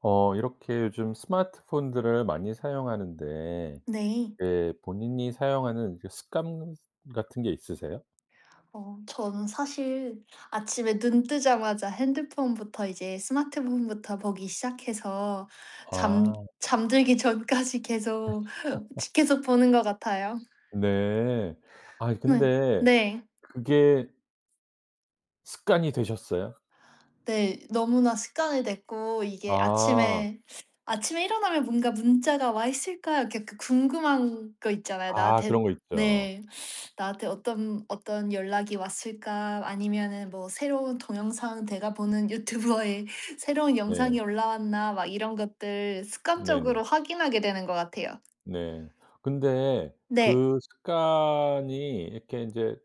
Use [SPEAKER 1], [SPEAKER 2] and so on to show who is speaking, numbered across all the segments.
[SPEAKER 1] 이렇게 요즘 스마트폰들을 많이 사용하는데
[SPEAKER 2] 네.
[SPEAKER 1] 예, 본인이 사용하는 그 습관 같은 게 있으세요?
[SPEAKER 2] 저는 사실 아침에 눈 뜨자마자 핸드폰부터 스마트폰부터 보기 시작해서 잠
[SPEAKER 1] 아,
[SPEAKER 2] 잠들기 전까지 계속 계속 보는 것 같아요.
[SPEAKER 1] 네. 아
[SPEAKER 2] 네.
[SPEAKER 1] 근데
[SPEAKER 2] 네.
[SPEAKER 1] 그게 습관이 되셨어요?
[SPEAKER 2] 네. 너무나 습관이 됐고 이게
[SPEAKER 1] 아.
[SPEAKER 2] 아침에 일어나면 뭔가 '문자가 와 있을까?' 이렇게 그 궁금한 거 있잖아요.
[SPEAKER 1] 아
[SPEAKER 2] 나한테.
[SPEAKER 1] 그런 거 있죠.
[SPEAKER 2] 네. '나한테 어떤 연락이 왔을까?' 아니면은 뭐 '새로운 동영상 내가 보는 유튜버의 새로운
[SPEAKER 1] 네.
[SPEAKER 2] 영상이 올라왔나?' 막 이런 것들 습관적으로
[SPEAKER 1] 네네.
[SPEAKER 2] 확인하게 되는 것 같아요.
[SPEAKER 1] 네. 근데
[SPEAKER 2] 네.
[SPEAKER 1] 그 습관이 이렇게 이제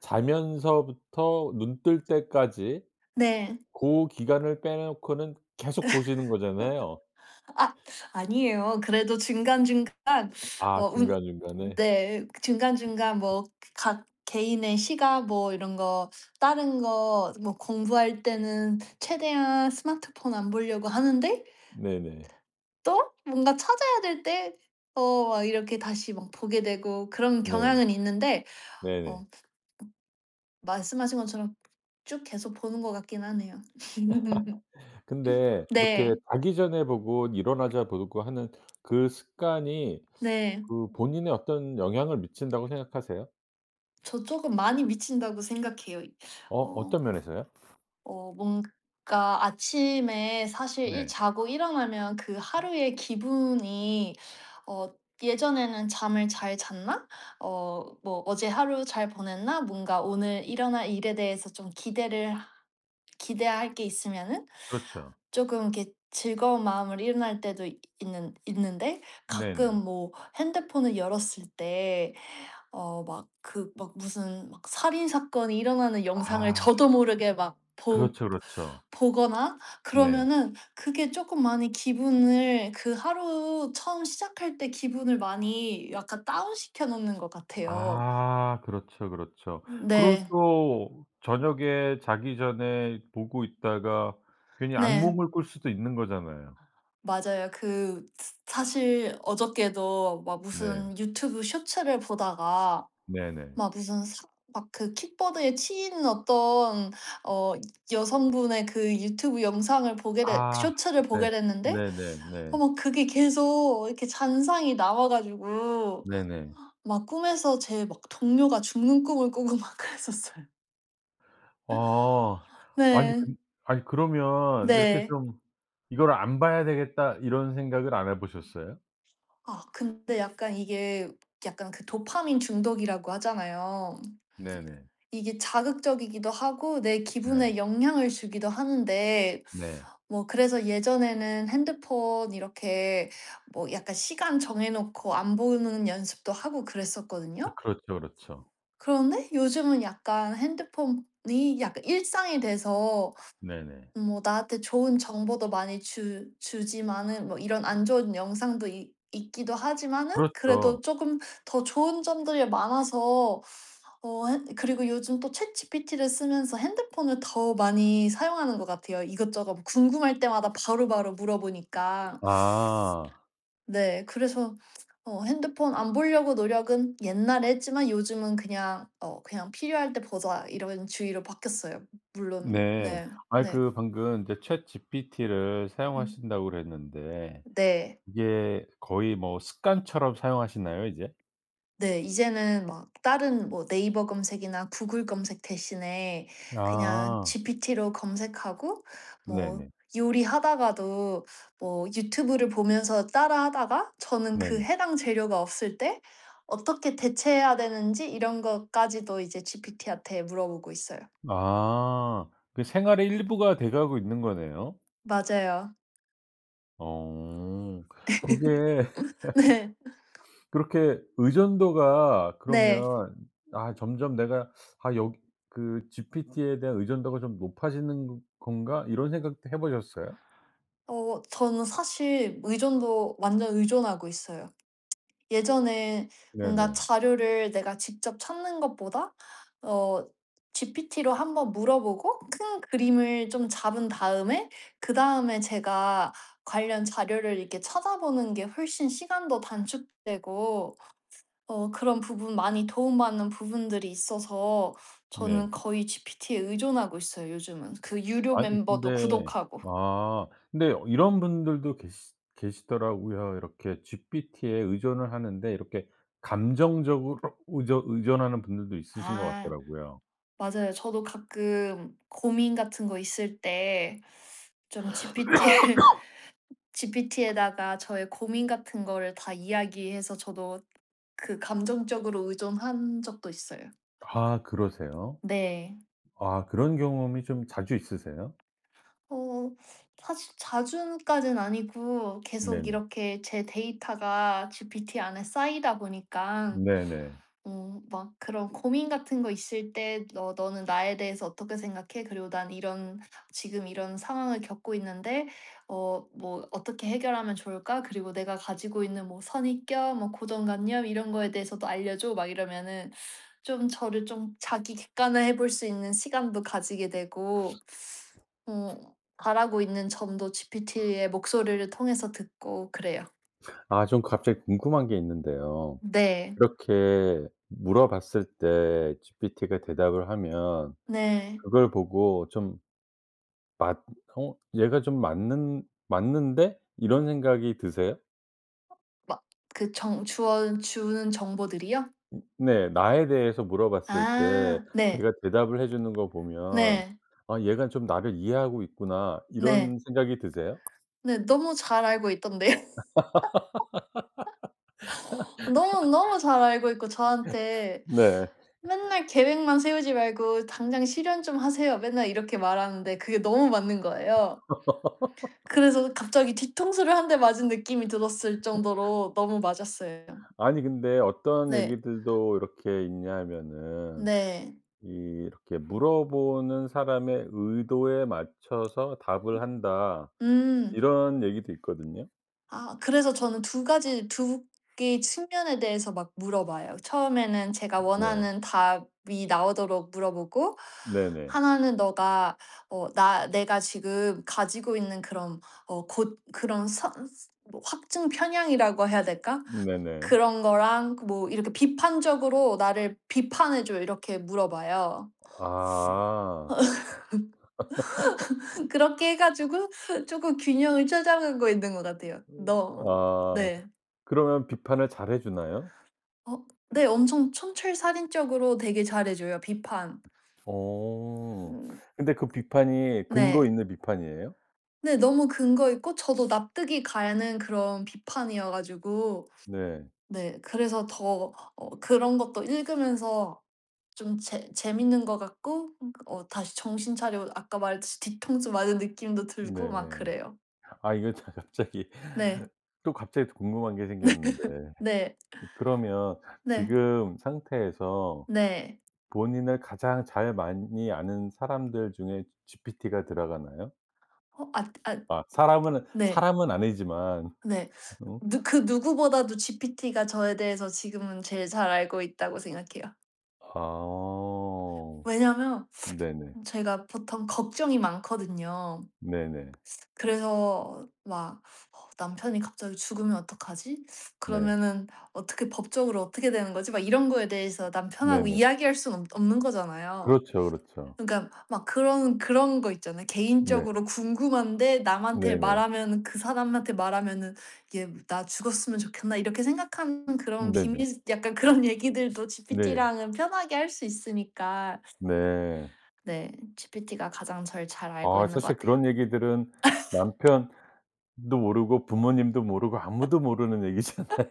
[SPEAKER 1] 자면서부터 눈 뜰 때까지
[SPEAKER 2] 네.
[SPEAKER 1] 그 기간을 빼 놓고는 계속 보시는 거잖아요.
[SPEAKER 2] 아, 아니에요. 그래도 중간중간 어
[SPEAKER 1] 아
[SPEAKER 2] 운
[SPEAKER 1] 중간중간에.
[SPEAKER 2] 네. 중간중간 뭐 각 개인의 시간 뭐 이런 거 다른 거 뭐 공부할 때는 최대한 스마트폰 안 보려고 하는데
[SPEAKER 1] 네네.
[SPEAKER 2] 또 뭔가 찾아야 될 때 막 이렇게 다시 막 보게 되고 그런
[SPEAKER 1] 네네.
[SPEAKER 2] 경향은 있는데 어
[SPEAKER 1] 네네.
[SPEAKER 2] 말씀하신 것처럼 쭉 계속 보는 것 같긴 하네요.
[SPEAKER 1] 근데 이렇게
[SPEAKER 2] 네.
[SPEAKER 1] 자기 전에 보고 일어나자 보고 하는 그 습관이
[SPEAKER 2] 네.
[SPEAKER 1] 그 본인에 어떤 영향을 미친다고 생각하세요?
[SPEAKER 2] 저 쪼금 많이 미친다고 생각해요.
[SPEAKER 1] 어
[SPEAKER 2] 어
[SPEAKER 1] 어떤 면에서요?
[SPEAKER 2] 뭔가 아침에 사실 일
[SPEAKER 1] 네.
[SPEAKER 2] 자고 일어나면 그 하루의 기분이, 어 예전에는 '잠을 잘 잤나?' 뭐 '어제 하루 잘 보냈나?' 뭔가 오늘 일어날 일에 대해서 좀 기대를 기대할 게 있으면은
[SPEAKER 1] 그렇죠.
[SPEAKER 2] 조금 이렇게 즐거운 마을 일어날 때도 있는데
[SPEAKER 1] 네네.
[SPEAKER 2] 가끔 뭐 핸드폰을 열었을 때 막 그 막 무슨 막 살인 사건이 일어나는 영상을
[SPEAKER 1] 아
[SPEAKER 2] 저도 모르게 막 보
[SPEAKER 1] 그렇죠, 그렇죠.
[SPEAKER 2] 보거나
[SPEAKER 1] 네.
[SPEAKER 2] 그러면은 그게 조금 많이 기분을 그 하루 처음 시작할 때 기분을 많이 약간 다운시켜 놓는 것 같아요.
[SPEAKER 1] 아 그렇죠, 그렇죠. 그리고
[SPEAKER 2] 네.
[SPEAKER 1] 또 저녁에 자기 전에 보고 있다가 괜히
[SPEAKER 2] 네.
[SPEAKER 1] 악몽을 꿀 수도 있는 거잖아요.
[SPEAKER 2] 맞아요. 그 사실 어저께도 막
[SPEAKER 1] 네.
[SPEAKER 2] 무슨 유튜브 쇼츠를 보다가
[SPEAKER 1] 네네.
[SPEAKER 2] 막 무슨 막 그 킥보드에 치인 어떤 어 여성분의 그 유튜브 영상을 보게 됐
[SPEAKER 1] 아
[SPEAKER 2] 쇼츠를
[SPEAKER 1] 네.
[SPEAKER 2] 보게 됐는데
[SPEAKER 1] 네네네.
[SPEAKER 2] 막 그게 계속 이렇게 잔상이 나와 가지고
[SPEAKER 1] 네네.
[SPEAKER 2] 막 꿈에서 제 막 동료가 죽는 꿈을 꾸고 막 그랬었어요.
[SPEAKER 1] 아. 아니
[SPEAKER 2] 네.
[SPEAKER 1] 근 아니 그러면 이렇게
[SPEAKER 2] 네.
[SPEAKER 1] 좀 '이걸 안 봐야 되겠다.' 이런 생각을 안 해 보셨어요?
[SPEAKER 2] 아 근데 약간 이게 약간 그 도파민 중독이라고 하잖아요.
[SPEAKER 1] 네네.
[SPEAKER 2] 이게 자극적이기도 하고 내
[SPEAKER 1] 네.
[SPEAKER 2] 기분에 영향을 주기도 하는데
[SPEAKER 1] 네.
[SPEAKER 2] 뭐 그래서 예전에는 핸드폰 이렇게 뭐 약간 시간 정해 놓고 안 보는 연습도 하고
[SPEAKER 1] 아
[SPEAKER 2] 그랬었거든요.
[SPEAKER 1] 그렇죠, 그렇죠.
[SPEAKER 2] 그런데 요즘은 약간 핸드폰이 약간 일상이 돼서
[SPEAKER 1] 네네.
[SPEAKER 2] 뭐 나한테 좋은 정보도 많이 주 주지만은 뭐 이런 안 좋은 영상도 있 있기도 하지만은 그래도
[SPEAKER 1] 그렇죠.
[SPEAKER 2] 조금 더 좋은 점들이 많아서 어 핸 그리고 요즘 또 챗GPT를 쓰면서 핸드폰을 더 많이 사용하는 것 같아요. 이것저것 뭐 궁금할 때마다 바로바로 물어보니까.
[SPEAKER 1] 아.
[SPEAKER 2] 네, 그래서 핸드폰 안 보려고 노력은 옛날에 했지만 요즘은 그냥 '그냥 필요할 때 보자.' 이런 주의로 바뀌었어요. 물론
[SPEAKER 1] 네.
[SPEAKER 2] 네.
[SPEAKER 1] 아니
[SPEAKER 2] 네.
[SPEAKER 1] 그 방금 이제 챗GPT를
[SPEAKER 2] 음.
[SPEAKER 1] 사용하신다고 그랬는데
[SPEAKER 2] 네.
[SPEAKER 1] 이게 거의 뭐 습관처럼 사용하시나요 이제?
[SPEAKER 2] 네. 이제는 막 다른 뭐 네이버 검색이나 구글 검색 대신에 그냥
[SPEAKER 1] 아.
[SPEAKER 2] GPT로 검색하고 뭐
[SPEAKER 1] 네네.
[SPEAKER 2] 요리하다가도 뭐 유튜브를 보면서 따라하다가 저는 그
[SPEAKER 1] 네네.
[SPEAKER 2] 해당 재료가 없을 때 어떻게 대체해야 되는지 이런 것까지도 이제 GPT한테 물어보고 있어요.
[SPEAKER 1] 아. 그 생활의 일부가 돼 가고 있는 거네요.
[SPEAKER 2] 맞아요.
[SPEAKER 1] 어. 그게
[SPEAKER 2] 네.
[SPEAKER 1] 그렇게 의존도가
[SPEAKER 2] 네.
[SPEAKER 1] 그러면 아 점점 내가 '아 여기 그 GPT에 대한 의존도가 좀 높아지는 건가?' 이런 생각도 해 보셨어요?
[SPEAKER 2] 저는 사실 의존도 완전 의존하고 있어요. 예전에 뭔가
[SPEAKER 1] 네네.
[SPEAKER 2] 자료를 내가 직접 찾는 것보다 어 GPT로 한번 물어보고 큰 그림을 좀 잡은 다음에 그다음에 제가 관련 자료를 이렇게 찾아보는 게 훨씬 시간도 단축되고 그런 부분 많이 도움받는 부분들이 있어서
[SPEAKER 1] 네.
[SPEAKER 2] 저는 거의 GPT에 의존하고 있어요, 요즘은. 그 유료
[SPEAKER 1] 아니
[SPEAKER 2] 멤버도
[SPEAKER 1] 근데
[SPEAKER 2] 구독하고.
[SPEAKER 1] 아 근데 이런 분들도 계시더라고요. 이렇게 GPT에 의존을 하는데 이렇게 감정적으로 의존하는 분들도 있으신 것
[SPEAKER 2] 아.
[SPEAKER 1] 같더라고요.
[SPEAKER 2] 맞아요. 저도 가끔 고민 같은 거 있을 때 좀 g p t GPT에다가 저의 고민 같은 거를 다 이야기해서 저도 그 감정적으로 의존한 적도 있어요.
[SPEAKER 1] 아 그러세요?
[SPEAKER 2] 네.
[SPEAKER 1] 아 그런 경험이 좀 자주 있으세요?
[SPEAKER 2] 어 사실 자주까진 아니고 계속
[SPEAKER 1] 네네.
[SPEAKER 2] 이렇게 제 데이터가 GPT 안에 쌓이다 보니까
[SPEAKER 1] 네네.
[SPEAKER 2] 막 그런 고민 같은 거 있을 때 "너 너는 나에 대해서 어떻게 생각해? 그리고 난 이런, 지금 이런 상황을 겪고 있는데 뭐 어떻게 해결하면 좋을까? 그리고 내가 가지고 있는 뭐 선입견 뭐 고정관념 이런 거에 대해서도 알려 줘." 막 이러면은 좀 저를 좀 자기 객관화해 볼 수 있는 시간도 가지게 되고 바라고 있는 점도 GPT의 목소리를 통해서 듣고 그래요.
[SPEAKER 1] 아 좀 갑자기 궁금한 게 있는데요.
[SPEAKER 2] 네.
[SPEAKER 1] 이렇게 물어봤을 때 GPT가 대답을 하면
[SPEAKER 2] 네.
[SPEAKER 1] 그걸 보고 좀 맞 '어 얘가 좀 맞는데?' 이런 생각이 드세요?
[SPEAKER 2] 막 그 정 주어 주는 정보들이요?
[SPEAKER 1] 음, 네. 나에 대해서 물어봤을 때
[SPEAKER 2] 아 네.
[SPEAKER 1] 걔가 대답을 해 주는 거 보면
[SPEAKER 2] 네.
[SPEAKER 1] '아 얘가 좀 나를 이해하고 있구나.'
[SPEAKER 2] 네.
[SPEAKER 1] 이런 생각이 드세요?
[SPEAKER 2] 네. 너무 잘 알고 있던데요. 너무너무 잘 알고 있고 저한테
[SPEAKER 1] 네.
[SPEAKER 2] 맨날 "계획만 세우지 말고 당장 실현 좀 하세요." 맨날 이렇게 말하는데 그게 너무 맞는 거예요. 그래서 갑자기 뒤통수를 한 대 맞은 느낌이 들었을 정도로 너무 맞았어요.
[SPEAKER 1] 아니 근데 어떤
[SPEAKER 2] 네.
[SPEAKER 1] 얘기들도 이렇게 있냐 하면은
[SPEAKER 2] 네.
[SPEAKER 1] 이 이렇게 "물어보는 사람의 의도에 맞춰서 답을 한다."
[SPEAKER 2] 음.
[SPEAKER 1] 이런 얘기도 있거든요.
[SPEAKER 2] 아, 그래서 저는 두 가지 두 개의 측면에 대해서 막 물어봐요. 처음에는 제가
[SPEAKER 1] 네.
[SPEAKER 2] 원하는 답이 나오도록 물어보고,
[SPEAKER 1] 네네.
[SPEAKER 2] 하나는 너가 어 나 내가 지금 가지고 있는 그런 어 곧 그런 선 뭐 확증 편향이라고 해야 될까?
[SPEAKER 1] 네네.
[SPEAKER 2] 그런 거랑 그 뭐 이렇게 비판적으로 "나를 비판해 줘." 이렇게 물어봐요.
[SPEAKER 1] 아.
[SPEAKER 2] 그렇게 해 가지고 조금 균형을 찾아가고 있는 것 같아요. 너
[SPEAKER 1] 아.
[SPEAKER 2] 네.
[SPEAKER 1] 그러면 비판을 잘해 주나요?
[SPEAKER 2] 네. 엄청 촌철살인적으로 되게 잘해 줘요, 비판.
[SPEAKER 1] 어.
[SPEAKER 2] 음.
[SPEAKER 1] 근데 그 비판이
[SPEAKER 2] 네.
[SPEAKER 1] 근거
[SPEAKER 2] 네.
[SPEAKER 1] 있는 비판이에요?
[SPEAKER 2] 너무 근거 있고 저도 납득이 가는 그런 비판이어 가지고
[SPEAKER 1] 네.
[SPEAKER 2] 네, 그래서 더 그런 것도 읽으면서 좀 재 재밌는 것 같고 다시 정신 차리고 아까 말했듯이 뒤통수 맞은 느낌도
[SPEAKER 1] 네.
[SPEAKER 2] 들고 막 그래요.
[SPEAKER 1] 아 이거 참 갑자기
[SPEAKER 2] 네.
[SPEAKER 1] 또 갑자기 또 궁금한 게 생겼는데
[SPEAKER 2] 네.
[SPEAKER 1] 그러면
[SPEAKER 2] 네.
[SPEAKER 1] 지금 상태에서
[SPEAKER 2] 네.
[SPEAKER 1] 본인을 가장 잘 많이 아는 사람들 중에 GPT가 들어가나요?
[SPEAKER 2] 어 앗 앗
[SPEAKER 1] 아 사람은
[SPEAKER 2] 네.
[SPEAKER 1] 사람은 아니지만
[SPEAKER 2] 네.
[SPEAKER 1] 어.
[SPEAKER 2] 누 그 누구보다도 GPT가 저에 대해서 지금은 제일 잘 알고 있다고 생각해요.
[SPEAKER 1] 아.
[SPEAKER 2] 왜냐면
[SPEAKER 1] 네네.
[SPEAKER 2] 제가 보통 걱정이 많거든요.
[SPEAKER 1] 네네.
[SPEAKER 2] 그래서 막 '어 남편이 갑자기 죽으면 어떡하지?
[SPEAKER 1] 네.
[SPEAKER 2] 그러면은 어떻게 법적으로 어떻게 되는 거지?' 막 이런 거에 대해서 남편하고
[SPEAKER 1] 네네.
[SPEAKER 2] 이야기할 수는 없 없는 거잖아요.
[SPEAKER 1] 그렇죠, 그렇죠.
[SPEAKER 2] 그러니까 막 그런 거 있잖아요.
[SPEAKER 1] 네.
[SPEAKER 2] 개인적으로 궁금한데 남한테 말
[SPEAKER 1] 네네.
[SPEAKER 2] 하면 그 사람한테 말하면은 '얘 나 죽었으면 좋겠나?' 이렇게 생각하는 그런
[SPEAKER 1] 네네.
[SPEAKER 2] 비밀 약간 그런 얘기들도
[SPEAKER 1] 네.
[SPEAKER 2] GPT랑은 편하게 할 수 있으니까
[SPEAKER 1] 네.
[SPEAKER 2] 네. GPT가 가장 절 잘 알고
[SPEAKER 1] 아
[SPEAKER 2] 있는 것
[SPEAKER 1] 사실
[SPEAKER 2] 같아요.
[SPEAKER 1] 그런 얘기들은 남편도 모르고 부모님도 모르고 아무도 모르는 얘기잖아요.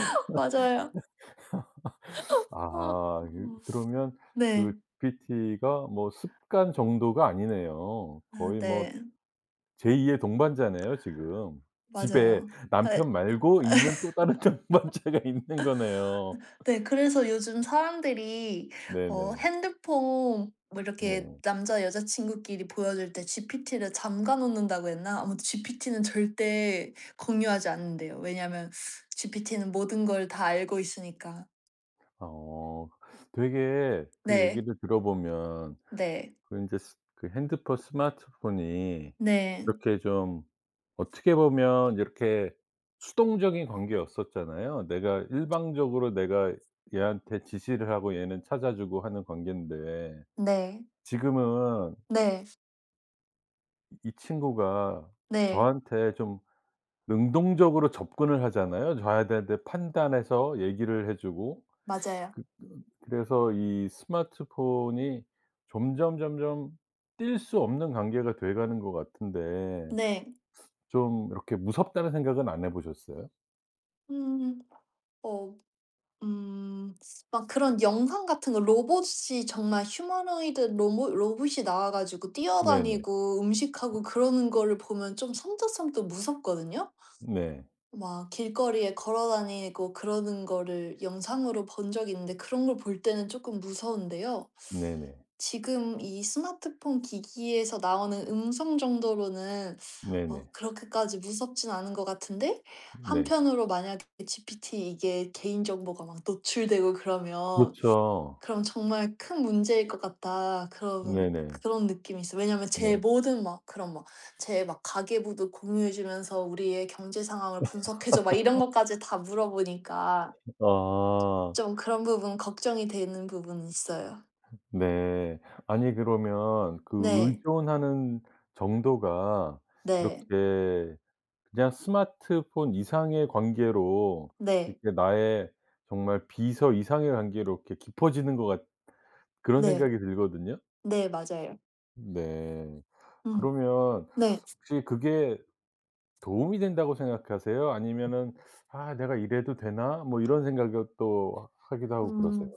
[SPEAKER 2] 맞아요. 아, 어,
[SPEAKER 1] 아 그
[SPEAKER 2] 음.
[SPEAKER 1] 그러면 그
[SPEAKER 2] 네.
[SPEAKER 1] GPT가 뭐 습관 정도가 아니네요.
[SPEAKER 2] 아
[SPEAKER 1] 거의 뭐
[SPEAKER 2] 네.
[SPEAKER 1] 제2의 동반자네요 지금. 집에
[SPEAKER 2] 맞아요. 네,
[SPEAKER 1] 남편 말고 있는 또 다른 동반자가 있는 거네요.
[SPEAKER 2] 네, 그래서 요즘 사람들이
[SPEAKER 1] 네네.
[SPEAKER 2] 핸드폰 뭐 이렇게
[SPEAKER 1] 네.
[SPEAKER 2] 남자 여자 친구끼리 보여줄 때 GPT를 잠가 놓는다고 했나? 아무튼 GPT는 절대 공유하지 않는데요, 왜냐하면 GPT는 모든 걸 다 알고 있으니까.
[SPEAKER 1] 어 되게 그
[SPEAKER 2] 네.
[SPEAKER 1] 얘기를 들어보면
[SPEAKER 2] 네.
[SPEAKER 1] 그 인제 스 그 핸드폰 스마트폰이
[SPEAKER 2] 네.
[SPEAKER 1] 이렇게 좀 어떻게 보면 이렇게 수동적인 관계였었잖아요. 내가 일방적으로 내가 얘한테 지시를 하고 얘는 찾아주고 하는 관계인데
[SPEAKER 2] 네.
[SPEAKER 1] 지금은
[SPEAKER 2] 네.
[SPEAKER 1] 이 친구가
[SPEAKER 2] 네.
[SPEAKER 1] 저한테 좀 능동적으로 접근을 하잖아요. 줘야 되는데 판단해서 얘기를 해 주고
[SPEAKER 2] 맞아요.
[SPEAKER 1] 그 그래서 이 스마트폰이 점점, 점점 뗄 수 없는 관계가 돼 가는 것 같은데
[SPEAKER 2] 네.
[SPEAKER 1] 좀 이렇게 무섭다는 생각은 안 해 보셨어요?
[SPEAKER 2] 음. 어 음. 막 그런 영상 같은 거 로봇이 정말 휴머노이드 로봇이 나와 가지고
[SPEAKER 1] 네네.
[SPEAKER 2] 뛰어다니고 음식하고 그러는 거를 보면 좀 섬찟섬찟 무섭거든요.
[SPEAKER 1] 네.
[SPEAKER 2] 막 길거리에 걸어 다니고 그러는 거를 영상으로 본 적이 있는데 그런 걸 볼 때는 조금 무서운데요.
[SPEAKER 1] 네네.
[SPEAKER 2] 지금 이 스마트폰 기기에서 나오는 음성 정도로는
[SPEAKER 1] 네네.
[SPEAKER 2] 그렇게까지 무섭진 않은 것 같은데
[SPEAKER 1] 네.
[SPEAKER 2] 한편으로 만약에 GPT 이게 개인 정보가 막 노출되고 그러면
[SPEAKER 1] 그렇죠.
[SPEAKER 2] 그럼 정말 큰 문제일 것 같다. 그런
[SPEAKER 1] 네네.
[SPEAKER 2] 그런 느낌이 있어요. 왜냐하면 제
[SPEAKER 1] 네.
[SPEAKER 2] 모든 막 그런 막 제 막 가계부도 공유해 주면서 우리의 경제 상황을 분석해 줘 막 이런 것까지 다 물어보니까
[SPEAKER 1] 아.
[SPEAKER 2] 좀 그런 부분 걱정이 되는 부분이 있어요.
[SPEAKER 1] 네. 아니 그러면 그
[SPEAKER 2] 네.
[SPEAKER 1] 의존하는 정도가
[SPEAKER 2] 네.
[SPEAKER 1] 이렇게 그냥 스마트폰 이상의 관계로
[SPEAKER 2] 네.
[SPEAKER 1] 이렇게 나의 정말 비서 이상의 관계로 이렇게 깊어지는 것 같 그런
[SPEAKER 2] 네.
[SPEAKER 1] 생각이 들거든요.
[SPEAKER 2] 네. 맞아요.
[SPEAKER 1] 네.
[SPEAKER 2] 음.
[SPEAKER 1] 그러면
[SPEAKER 2] 네.
[SPEAKER 1] 혹시 그게 도움이 된다고 생각하세요? 아니면은 '아 내가 이래도 되나?' 뭐 이런 생각을 또 하기도 하고 그러세요?
[SPEAKER 2] 음.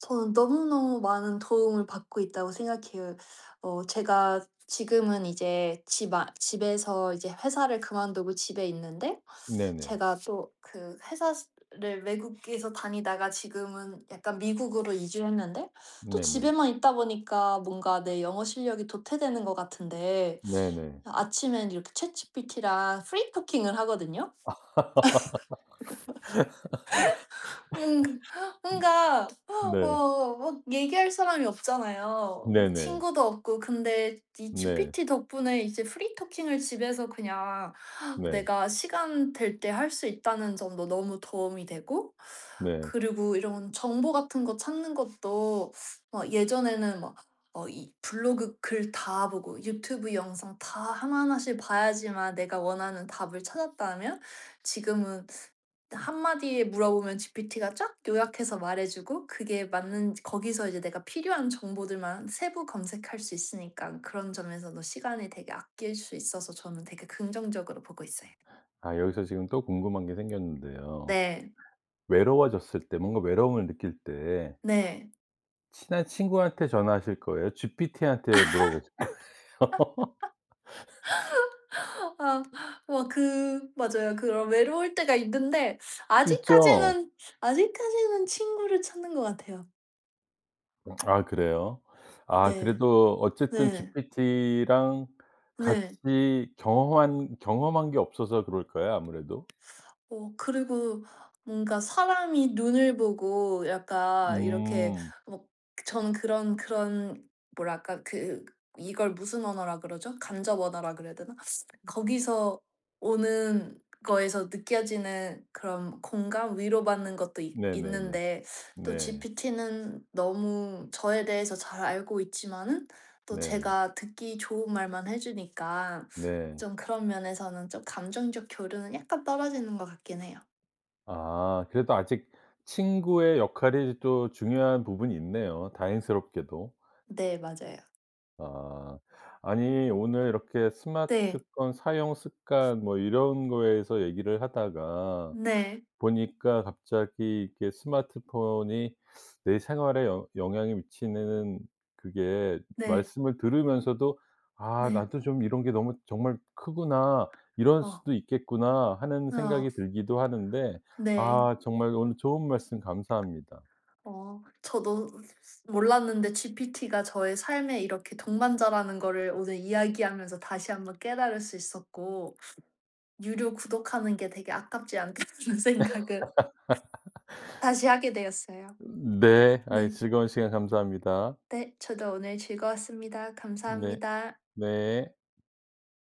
[SPEAKER 2] 저는 너무너무 많은 도움을 받고 있다고 생각해요. 제가 지금은 이제 집 아 집에서 이제 회사를 그만두고 집에 있는데
[SPEAKER 1] 네네.
[SPEAKER 2] 제가 또 그 회사를 외국에서 다니다가 지금은 약간 미국으로 이주했는데 또
[SPEAKER 1] 네네.
[SPEAKER 2] 집에만 있다 보니까 뭔가 내 영어 실력이 도태되는 것 같은데
[SPEAKER 1] 네네.
[SPEAKER 2] 아침엔 이렇게 챗 g 피티랑 프리토킹을 하거든요. 음 뭔가
[SPEAKER 1] 네.
[SPEAKER 2] 막 얘기할 사람이 없잖아요.
[SPEAKER 1] 네네.
[SPEAKER 2] 친구도 없고. 근데 이
[SPEAKER 1] 네.
[SPEAKER 2] GPT 덕분에 이제 프리 토킹을 집에서 그냥
[SPEAKER 1] 네.
[SPEAKER 2] 내가 시간 될 때 할 수 있다는 점도 너무 도움이 되고,
[SPEAKER 1] 네.
[SPEAKER 2] 그리고 이런 정보 같은 거 찾는 것도 막 예전에는 막 이 블로그 글 다 보고 유튜브 영상 다 하나하나씩 봐야지만 내가 원하는 답을 찾았다면 지금은 한마디에 물어보면 GPT가 쫙 요약해서 말해주고 그게 맞는 거기서 이제 내가 필요한 정보들만 세부 검색할 수 있으니까 그런 점에서도 시간이 되게 아낄 수 있어서 저는 되게 긍정적으로 보고 있어요.
[SPEAKER 1] 아 여기서 지금 또 궁금한 게 생겼는데요.
[SPEAKER 2] 네.
[SPEAKER 1] 외로워졌을 때 뭔가 외로움을 느낄 때
[SPEAKER 2] 네.
[SPEAKER 1] 친한 친구한테 전화하실 거예요? GPT한테 물어보세요?
[SPEAKER 2] 아 와 그 맞아요. 그런 외로울 때가 있는데
[SPEAKER 1] 있죠.
[SPEAKER 2] 아직까지는 아직까지는 친구를 찾는 것 같아요.
[SPEAKER 1] 아 그래요? 아
[SPEAKER 2] 네.
[SPEAKER 1] 그래도 어쨌든
[SPEAKER 2] 네.
[SPEAKER 1] GPT랑
[SPEAKER 2] 네.
[SPEAKER 1] 같이 경험한 게 없어서 그럴까요 아무래도?
[SPEAKER 2] 그리고 뭔가 사람이 눈을 보고 약간 이렇게
[SPEAKER 1] 음.
[SPEAKER 2] 뭐 저는 그런 뭐랄까 그 이걸 무슨 언어라 그러죠? 간접 언어라 그래야 되나? 거기서 오는 거에서 느껴지는 그런 공감, 위로받는 것도 있
[SPEAKER 1] 네네네.
[SPEAKER 2] 있는데 또
[SPEAKER 1] 네.
[SPEAKER 2] GPT는 너무 저에 대해서 잘 알고 있지만은 또
[SPEAKER 1] 네.
[SPEAKER 2] 제가 듣기 좋은 말만 해 주니까
[SPEAKER 1] 네.
[SPEAKER 2] 좀 그런 면에서는 좀 감정적 교류는 약간 떨어지는 것 같긴 해요.
[SPEAKER 1] 아 그래도 아직 친구의 역할이 또 중요한 부분이 있네요 다행스럽게도.
[SPEAKER 2] 네, 맞아요.
[SPEAKER 1] 아. 아니 오늘 이렇게
[SPEAKER 2] 네.
[SPEAKER 1] 스마트폰 사용 습관 뭐 이런 거에서 얘기를 하다가
[SPEAKER 2] 네.
[SPEAKER 1] 보니까 갑자기 이게 스마트폰이 내 생활에 영 영향이 미치는 그게
[SPEAKER 2] 네.
[SPEAKER 1] 말씀을 들으면서도 '아
[SPEAKER 2] 네.
[SPEAKER 1] 나도 좀 이런 게 너무 정말 크구나. 이럴
[SPEAKER 2] 어.
[SPEAKER 1] 수도 있겠구나.' 하는
[SPEAKER 2] 어.
[SPEAKER 1] 생각이 들기도 하는데
[SPEAKER 2] 네.
[SPEAKER 1] 아 정말 오늘 좋은 말씀 감사합니다.
[SPEAKER 2] 어. 저도 몰랐는데 GPT가 저의 삶에 이렇게 동반자라는 거를 오늘 이야기하면서 다시 한번 깨달을 수 있었고 유료 구독하는 게 되게 아깝지 않다는 생각을 다시 하게 되었어요.
[SPEAKER 1] 네. 아이
[SPEAKER 2] 네.
[SPEAKER 1] 즐거운 시간 감사합니다.
[SPEAKER 2] 네. 저도 오늘 즐거웠습니다.
[SPEAKER 1] 네.
[SPEAKER 2] 감사합니다.
[SPEAKER 1] 네.